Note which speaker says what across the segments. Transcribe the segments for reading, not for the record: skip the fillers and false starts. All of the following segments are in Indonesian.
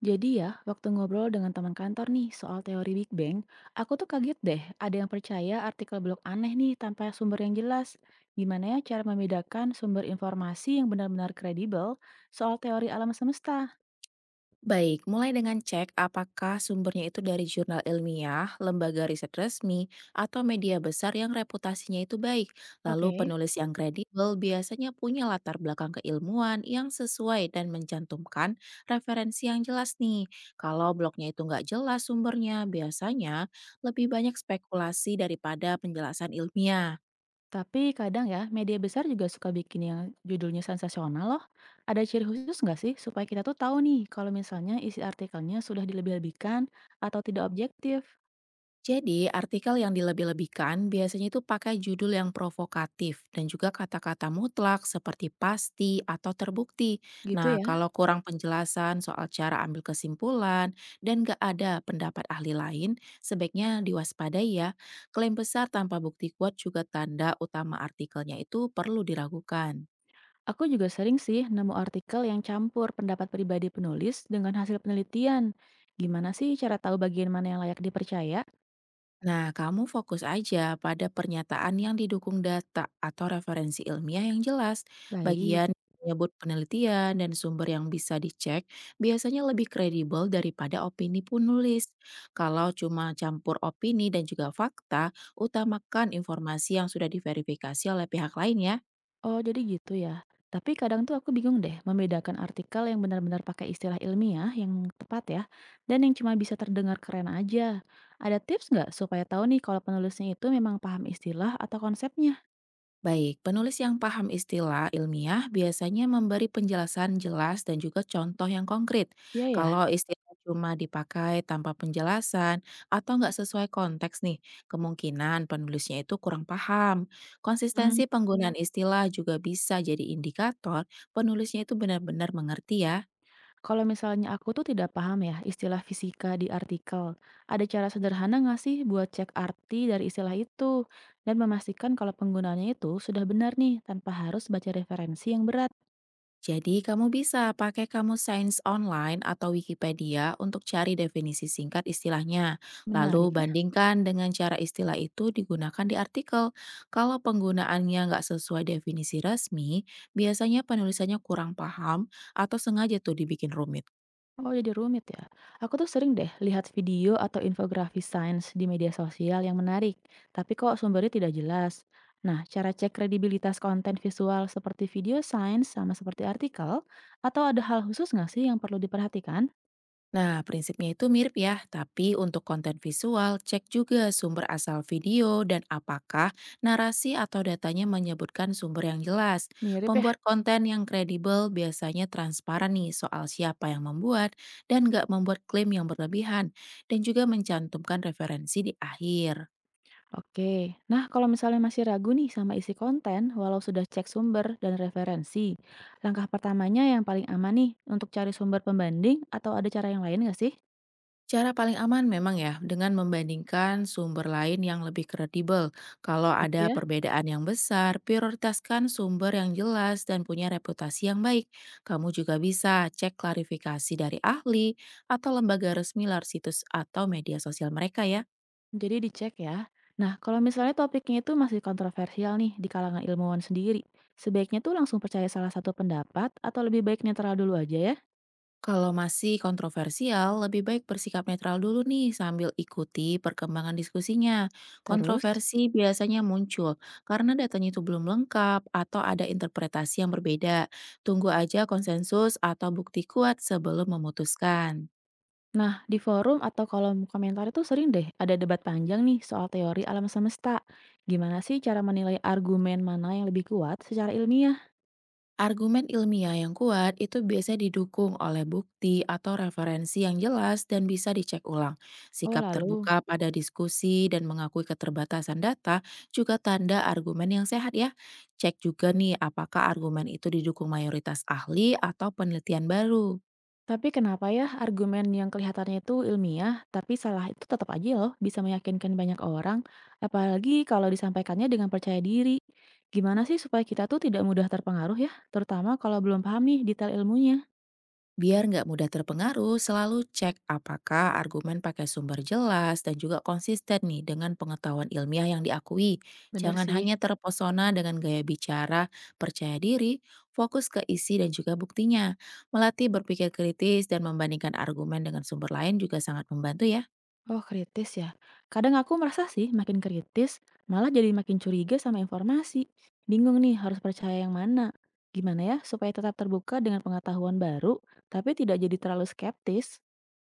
Speaker 1: Jadi ya, waktu ngobrol dengan teman kantor nih soal teori Big Bang, aku tuh kaget deh ada yang percaya artikel blog aneh nih tanpa sumber yang jelas. Gimana ya cara membedakan sumber informasi yang benar-benar kredibel soal teori alam semesta?
Speaker 2: Baik, mulai dengan cek apakah sumbernya itu dari jurnal ilmiah, lembaga riset resmi, atau media besar yang reputasinya itu baik. Lalu
Speaker 1: Oke.
Speaker 2: penulis yang kredibel biasanya punya latar belakang keilmuan yang sesuai dan mencantumkan referensi yang jelas nih. Kalau blognya itu nggak jelas sumbernya, biasanya lebih banyak spekulasi daripada penjelasan ilmiah.
Speaker 1: Tapi kadang ya, media besar juga suka bikin yang judulnya sensasional loh. Ada ciri khusus nggak sih supaya kita tuh tahu nih kalau misalnya isi artikelnya sudah dilebih-lebihkan atau tidak objektif?
Speaker 2: Jadi, artikel yang dilebih-lebihkan biasanya itu pakai judul yang provokatif dan juga kata-kata mutlak seperti pasti atau terbukti.
Speaker 1: Gitu
Speaker 2: Nah,
Speaker 1: ya.
Speaker 2: kalau kurang penjelasan soal cara ambil kesimpulan dan gak ada pendapat ahli lain, sebaiknya diwaspadai ya. Klaim besar tanpa bukti kuat juga tanda utama artikelnya itu perlu diragukan.
Speaker 1: Aku juga sering sih nemu artikel yang campur pendapat pribadi penulis dengan hasil penelitian. Gimana sih cara tahu bagian mana yang layak dipercaya?
Speaker 2: Nah, kamu fokus aja pada pernyataan yang didukung data atau referensi ilmiah yang jelas.
Speaker 1: Baik.
Speaker 2: Bagian yang menyebut penelitian dan sumber yang bisa dicek biasanya lebih kredibel daripada opini penulis. Kalau cuma campur opini dan juga fakta, utamakan informasi yang sudah diverifikasi oleh pihak lain ya.
Speaker 1: Oh, jadi gitu ya. Tapi kadang tuh aku bingung deh membedakan artikel yang benar-benar pakai istilah ilmiah yang tepat ya, dan yang cuma bisa terdengar keren aja. Ada tips nggak supaya tahu nih kalau penulisnya itu memang paham istilah atau konsepnya?
Speaker 2: Baik, penulis yang paham istilah ilmiah biasanya memberi penjelasan jelas dan juga contoh yang konkret.
Speaker 1: Iya
Speaker 2: Kalau istilah cuma dipakai tanpa penjelasan atau nggak sesuai konteks nih, kemungkinan penulisnya itu kurang paham.
Speaker 1: ya.
Speaker 2: Konsistensi penggunaan istilah juga bisa jadi indikator penulisnya itu benar-benar mengerti ya.
Speaker 1: Kalau misalnya aku tuh tidak paham ya istilah fisika di artikel, ada cara sederhana nggak sih buat cek arti dari istilah itu dan memastikan kalau penggunaannya itu sudah benar nih tanpa harus baca referensi yang berat?
Speaker 2: Jadi, kamu bisa pakai kamu Sains Online atau Wikipedia untuk cari definisi singkat istilahnya. Lalu
Speaker 1: Menarik ya?
Speaker 2: bandingkan dengan cara istilah itu digunakan di artikel. Kalau penggunaannya nggak sesuai definisi resmi, biasanya penulisannya kurang paham atau sengaja tuh dibikin rumit.
Speaker 1: Oh jadi rumit ya. Aku tuh sering deh lihat video atau infografis sains di media sosial yang menarik, tapi kok sumbernya tidak jelas. Nah, cara cek kredibilitas konten visual seperti video sains sama seperti artikel, atau ada hal khusus nggak sih yang perlu diperhatikan?
Speaker 2: Nah, prinsipnya itu mirip ya, tapi untuk konten visual, cek juga sumber asal video dan apakah narasi atau datanya menyebutkan sumber yang jelas.
Speaker 1: Mirip ya.
Speaker 2: Pembuat konten yang kredibel biasanya transparan nih soal siapa yang membuat dan nggak membuat klaim yang berlebihan, dan juga mencantumkan referensi di akhir.
Speaker 1: Oke, nah kalau misalnya masih ragu nih sama isi konten, walau sudah cek sumber dan referensi, langkah pertamanya yang paling aman nih untuk cari sumber pembanding atau ada cara yang lain nggak sih?
Speaker 2: Cara paling aman memang ya, dengan membandingkan sumber lain yang lebih kredibel. Kalau
Speaker 1: Gitu
Speaker 2: ada
Speaker 1: ya.
Speaker 2: perbedaan yang besar, prioritaskan sumber yang jelas dan punya reputasi yang baik. Kamu juga bisa cek klarifikasi dari ahli atau lembaga resmi lewat situs atau media sosial mereka ya.
Speaker 1: Jadi dicek ya. Nah, kalau misalnya topiknya itu masih kontroversial nih di kalangan ilmuwan sendiri, sebaiknya tuh langsung percaya salah satu pendapat atau lebih baik netral dulu aja ya.
Speaker 2: Kalau masih kontroversial, lebih baik bersikap netral dulu nih sambil ikuti perkembangan diskusinya.
Speaker 1: Terus?
Speaker 2: Kontroversi biasanya muncul karena datanya itu belum lengkap atau ada interpretasi yang berbeda. Tunggu aja konsensus atau bukti kuat sebelum memutuskan.
Speaker 1: Nah, di forum atau kolom komentar itu sering deh ada debat panjang nih soal teori alam semesta. Gimana sih cara menilai argumen mana yang lebih kuat secara ilmiah?
Speaker 2: Argumen ilmiah yang kuat itu biasanya didukung oleh bukti atau referensi yang jelas dan bisa dicek ulang.
Speaker 1: Oh
Speaker 2: Sikap
Speaker 1: lalu,
Speaker 2: terbuka pada diskusi dan mengakui keterbatasan data juga tanda argumen yang sehat ya. Cek juga nih apakah argumen itu didukung mayoritas ahli atau penelitian baru.
Speaker 1: tapi kenapa ya argumen yang kelihatannya itu ilmiah, tapi salah itu tetap aja loh bisa meyakinkan banyak orang, apalagi kalau disampaikannya dengan percaya diri. Gimana sih supaya kita tuh tidak mudah terpengaruh ya, terutama kalau belum paham nih detail ilmunya?
Speaker 2: Biar nggak mudah terpengaruh, selalu cek apakah argumen pakai sumber jelas dan juga konsisten nih dengan pengetahuan ilmiah yang diakui.
Speaker 1: Bener
Speaker 2: Jangan
Speaker 1: sih.
Speaker 2: hanya terpesona dengan gaya bicara, percaya diri, fokus ke isi dan juga buktinya. Melatih berpikir kritis dan membandingkan argumen dengan sumber lain juga sangat membantu ya.
Speaker 1: Oh, kritis ya. Kadang aku merasa sih makin kritis, malah jadi makin curiga sama informasi. Bingung nih harus percaya yang mana. Gimana ya supaya tetap terbuka dengan pengetahuan baru, tapi tidak jadi terlalu skeptis?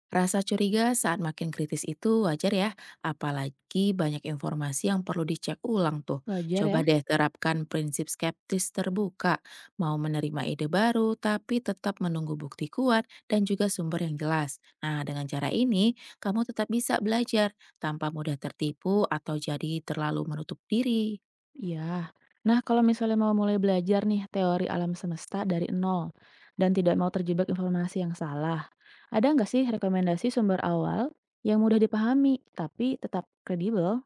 Speaker 2: Rasa curiga saat makin kritis itu wajar ya, apalagi banyak informasi yang perlu dicek ulang tuh.
Speaker 1: Wajar ya?
Speaker 2: Coba deh terapkan prinsip skeptis terbuka, mau menerima ide baru tapi tetap menunggu bukti kuat dan juga sumber yang jelas. Nah, dengan cara ini kamu tetap bisa belajar tanpa mudah tertipu atau jadi terlalu menutup diri.
Speaker 1: Iya. Nah, kalau misalnya mau mulai belajar nih teori alam semesta dari nol, dan tidak mau terjebak informasi yang salah, ada nggak sih rekomendasi sumber awal yang mudah dipahami, tapi tetap kredibel?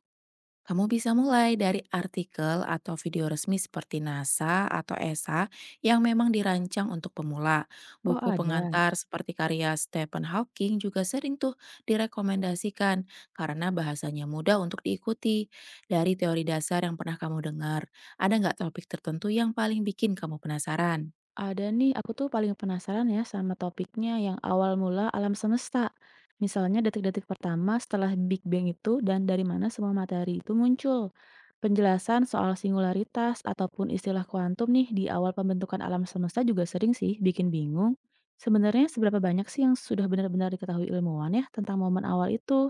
Speaker 2: Kamu bisa mulai dari artikel atau video resmi seperti NASA atau ESA yang memang dirancang untuk pemula.
Speaker 1: Oh,
Speaker 2: Buku
Speaker 1: ada.
Speaker 2: pengantar seperti karya Stephen Hawking juga sering tuh direkomendasikan karena bahasanya mudah untuk diikuti. Dari teori dasar yang pernah kamu dengar, ada nggak topik tertentu yang paling bikin kamu penasaran?
Speaker 1: Ada nih, aku tuh paling penasaran ya sama topiknya yang awal mula alam semesta. Misalnya detik-detik pertama setelah Big Bang itu dan dari mana semua materi itu muncul. Penjelasan soal singularitas ataupun istilah kuantum nih di awal pembentukan alam semesta juga sering sih bikin bingung. Sebenarnya seberapa banyak sih yang sudah benar-benar diketahui ilmuwan ya tentang momen awal itu?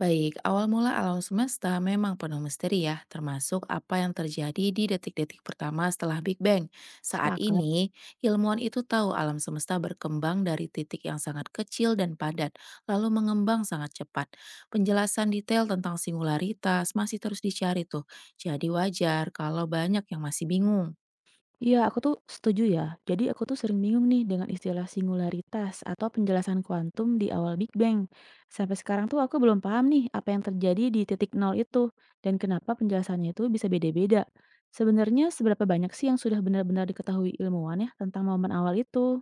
Speaker 2: Baik, awal mula alam semesta memang penuh misteri ya, termasuk apa yang terjadi di detik-detik pertama setelah Big Bang. Saat
Speaker 1: Sepakat.
Speaker 2: ini, ilmuwan itu tahu alam semesta berkembang dari titik yang sangat kecil dan padat, lalu mengembang sangat cepat. Penjelasan detail tentang singularitas masih terus dicari tuh, jadi wajar kalau banyak yang masih bingung.
Speaker 1: Iya, aku tuh setuju ya. Jadi aku tuh sering bingung nih dengan istilah singularitas atau penjelasan kuantum di awal Big Bang. Sampai sekarang tuh aku belum paham nih apa yang terjadi di titik nol itu dan kenapa penjelasannya itu bisa beda-beda. Sebenarnya seberapa banyak sih yang sudah benar-benar diketahui ilmuwan ya tentang momen awal itu?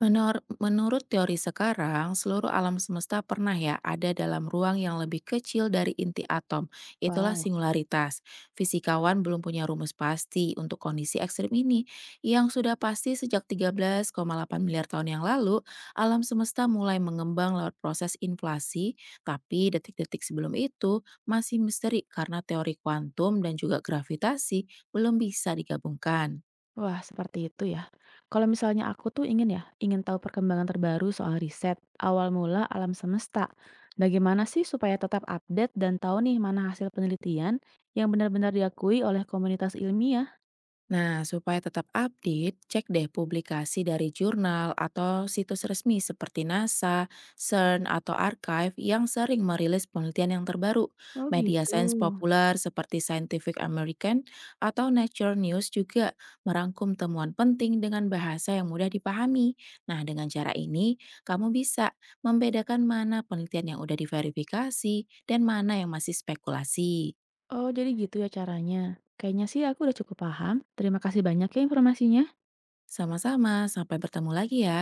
Speaker 2: Menurut teori sekarang, seluruh alam semesta pernah ya ada dalam ruang yang lebih kecil dari inti atom. Itulah
Speaker 1: Wow.
Speaker 2: singularitas. Fisikawan belum punya rumus pasti untuk kondisi ekstrim ini. Yang sudah pasti sejak 13,8 miliar tahun yang lalu, alam semesta mulai mengembang lewat proses inflasi, tapi detik-detik sebelum itu masih misteri karena teori kuantum dan juga gravitasi belum bisa digabungkan.
Speaker 1: Wah, seperti itu ya. Kalau misalnya aku tuh ingin ya, ingin tahu perkembangan terbaru soal riset awal mula alam semesta. Bagaimana sih supaya tetap update dan tahu nih mana hasil penelitian yang benar-benar diakui oleh komunitas ilmiah?
Speaker 2: Nah, supaya tetap update, cek deh publikasi dari jurnal atau situs resmi seperti NASA, CERN, atau Archive yang sering merilis penelitian yang terbaru.
Speaker 1: Oh
Speaker 2: Media
Speaker 1: gitu.
Speaker 2: sains populer seperti Scientific American atau Nature News juga merangkum temuan penting dengan bahasa yang mudah dipahami. Nah, dengan cara ini, kamu bisa membedakan mana penelitian yang udah diverifikasi dan mana yang masih spekulasi.
Speaker 1: Oh, jadi gitu ya caranya. Kayaknya sih aku udah cukup paham. Terima kasih banyak ya informasinya.
Speaker 2: Sama-sama, sampai bertemu lagi ya.